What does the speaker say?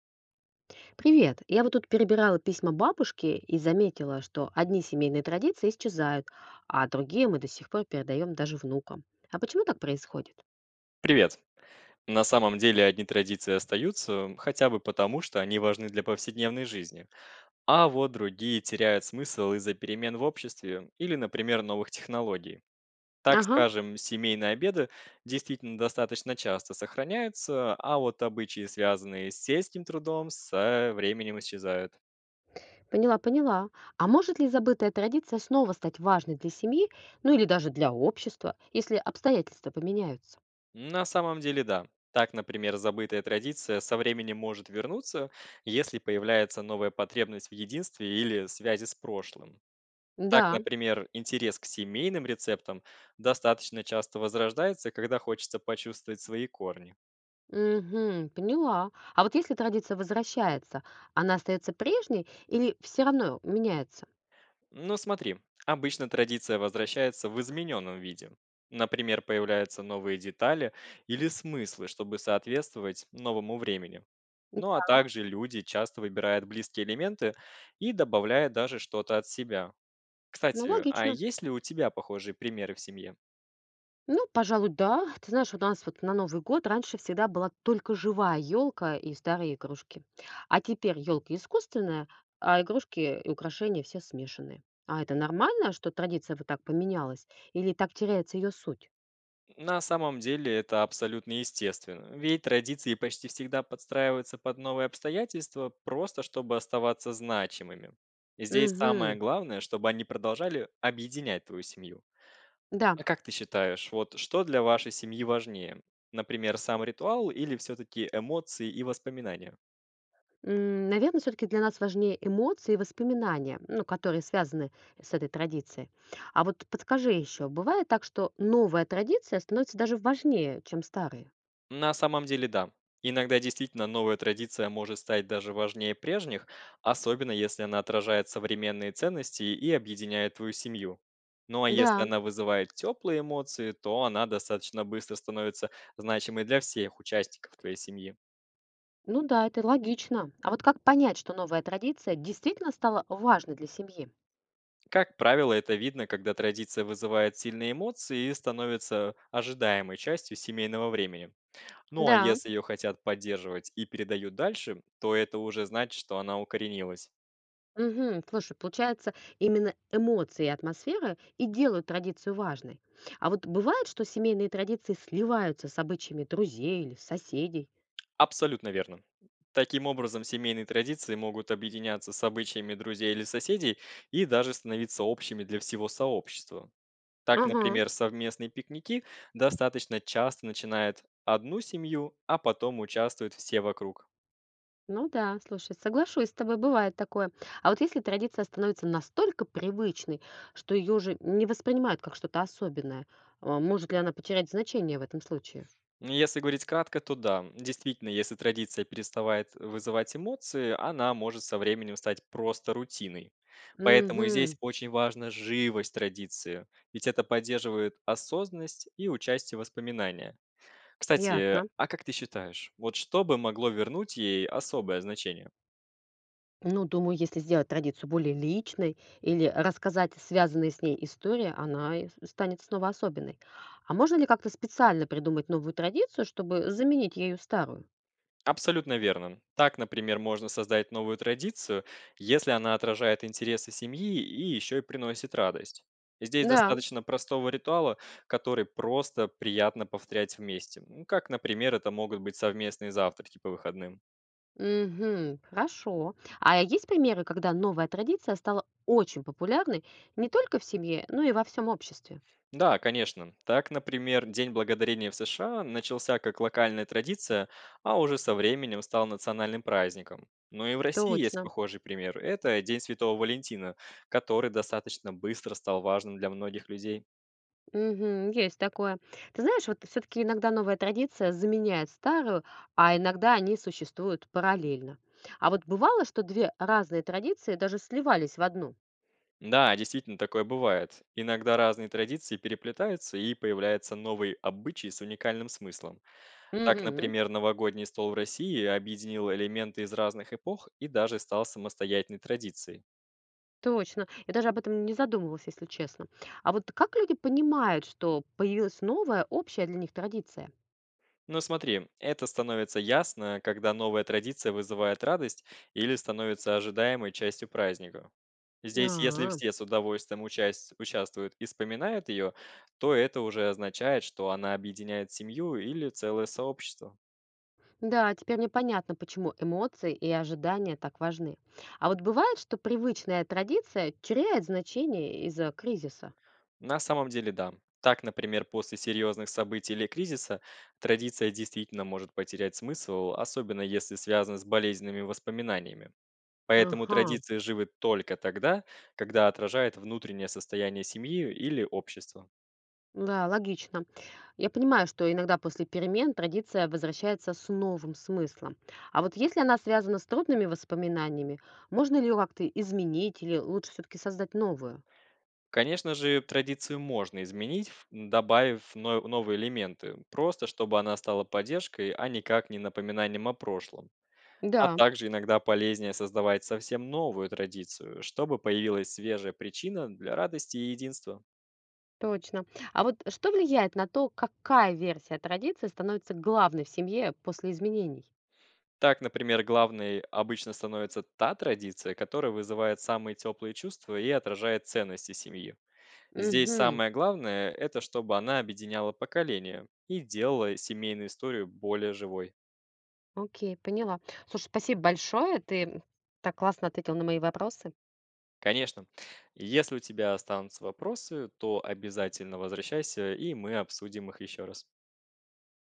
Привет! Я вот тут перебирала письма бабушки и заметила, что одни семейные традиции исчезают, а другие мы до сих пор передаем даже внукам. А почему так происходит? Привет. На самом деле одни традиции остаются, хотя бы потому, что они важны для повседневной жизни. А вот другие теряют смысл из-за перемен в обществе или, например, новых технологий. Так Ага, скажем, семейные обеды действительно достаточно часто сохраняются, а вот обычаи, связанные с сельским трудом, со временем исчезают. поняла, поняла. А может ли забытая традиция снова стать важной для семьи, ну или даже для общества, если обстоятельства поменяются? На самом деле, да. Так, например, забытая традиция со временем может вернуться, если появляется новая потребность в единстве или связи с прошлым. Так, Да, например, интерес к семейным рецептам достаточно часто возрождается, когда хочется почувствовать свои корни. мгм, поняла. А вот если традиция возвращается, она остается прежней или все равно меняется? Ну смотри, обычно традиция возвращается в измененном виде. Например, появляются новые детали или смыслы, чтобы соответствовать новому времени. Ну а также люди часто выбирают близкие элементы и добавляют даже что-то от себя. Ну, Кстати, а логично. есть ли у тебя похожие примеры в семье? Ну, пожалуй, да. Ты знаешь, у нас вот на Новый год раньше всегда была только живая елка и старые игрушки. А теперь елка искусственная, а игрушки и украшения все смешанные. А это нормально, что традиция вот так поменялась? Или так теряется ее суть? На самом деле это абсолютно естественно, ведь традиции почти всегда подстраиваются под новые обстоятельства, просто чтобы оставаться значимыми. Здесь самое Угу. главное, чтобы они продолжали объединять твою семью. Да. А как ты считаешь, вот что для вашей семьи важнее? Например, сам ритуал или все-таки эмоции и воспоминания? Наверное, все-таки для нас важнее эмоции и воспоминания, ну, которые связаны с этой традицией. А вот подскажи еще, бывает так, что новая традиция становится даже важнее, чем старые? На самом деле, да. Иногда действительно новая традиция может стать даже важнее прежних, особенно если она отражает современные ценности и объединяет твою семью. Ну а если Да, она вызывает теплые эмоции, то она достаточно быстро становится значимой для всех участников твоей семьи. ну да, это логично. А вот как понять, что новая традиция действительно стала важной для семьи? Как правило, это видно, когда традиция вызывает сильные эмоции и становится ожидаемой частью семейного времени. Ну а Да. если ее хотят поддерживать и передают дальше, то это уже значит, что она укоренилась. Мгм. Слушай, получается, именно эмоции и атмосфера и делают традицию важной. А вот бывает, что семейные традиции сливаются с обычаями друзей или соседей. Абсолютно верно. Таким образом, семейные традиции могут объединяться с обычаями друзей или соседей и даже становиться общими для всего сообщества. Так, Ага. например, совместные пикники достаточно часто начинают одну семью, а потом участвуют все вокруг. Ну да, слушай, соглашусь с тобой, бывает такое. А вот если традиция становится настолько привычной, что ее уже не воспринимают как что-то особенное, а, может ли она потерять значение в этом случае? Ну, если говорить кратко, то да. Действительно, если традиция переставает вызывать эмоции, она может со временем стать просто рутиной. Поэтому Угу, здесь очень важна живость традиции, ведь это поддерживает осознанность и участие в воспоминания. Кстати, ясно. а как ты считаешь, вот что бы могло вернуть ей особое значение? Ну, думаю, если сделать традицию более личной или рассказать связанные с ней истории, станет снова особенной. А можно ли как-то специально придумать новую традицию, чтобы заменить ею старую? Абсолютно верно. Так, например, можно создать новую традицию, если она отражает интересы семьи и еще и приносит радость. Здесь Да, достаточно простого ритуала, который просто приятно повторять вместе. Ну, как, например, это могут быть совместные завтраки по выходным. мгм, хорошо. А есть примеры, когда новая традиция стала очень популярной не только в семье, но и во всем обществе? Да, конечно. Так, например, День благодарения в США начался как локальная традиция, а уже со временем стал национальным праздником. Но и в России есть Точно. похожий пример. Это День Святого Валентина, который достаточно быстро стал важным для многих людей. Мгм. Есть такое. Ты знаешь, вот все-таки иногда новая традиция заменяет старую, а иногда они существуют параллельно. А вот бывало, что две разные традиции даже сливались в одну. Да, действительно, такое бывает. Иногда разные традиции переплетаются и появляются новые обычаи с уникальным смыслом. Так, Мгм. например, новогодний стол в России объединил элементы из разных эпох и даже стал самостоятельной традицией. Точно. Я даже об этом не задумывалась, если честно. А вот как люди понимают, что появилась новая, общая для них традиция? Ну смотри, это становится ясно, когда новая традиция вызывает радость или становится ожидаемой частью праздника. Здесь, если А, все с удовольствием участвуют и вспоминают ее, то это уже означает, что она объединяет семью или целое сообщество. да, теперь мне понятно, почему эмоции и ожидания так важны. А вот бывает, что привычная традиция теряет значение из-за кризиса. На самом деле, да. Так, например, после серьезных событий или кризиса традиция действительно может потерять смысл, особенно если связана с болезненными воспоминаниями. Поэтому Ага. традиции живы только тогда, когда отражают внутреннее состояние семьи или общества. Да, логично. Я понимаю, что иногда после перемен традиция возвращается с новым смыслом. А вот если она связана с трудными воспоминаниями, можно ли ее как-то изменить или лучше все-таки создать новую? Конечно же, традицию можно изменить, добавив новые элементы, просто чтобы она стала поддержкой, а никак не напоминанием о прошлом. А Да, также иногда полезнее создавать совсем новую традицию, чтобы появилась свежая причина для радости и единства. точно. А вот что влияет на то, какая версия традиции становится главной в семье после изменений? Так, например, главной обычно становится та традиция, которая вызывает самые теплые чувства и отражает ценности семьи. Здесь Угу, самое главное– это чтобы она объединяла поколения и делала семейную историю более живой. окей, поняла. Слушай, спасибо большое, ты так классно ответил на мои вопросы. Конечно, если у тебя останутся вопросы, то обязательно возвращайся, и мы обсудим их еще раз.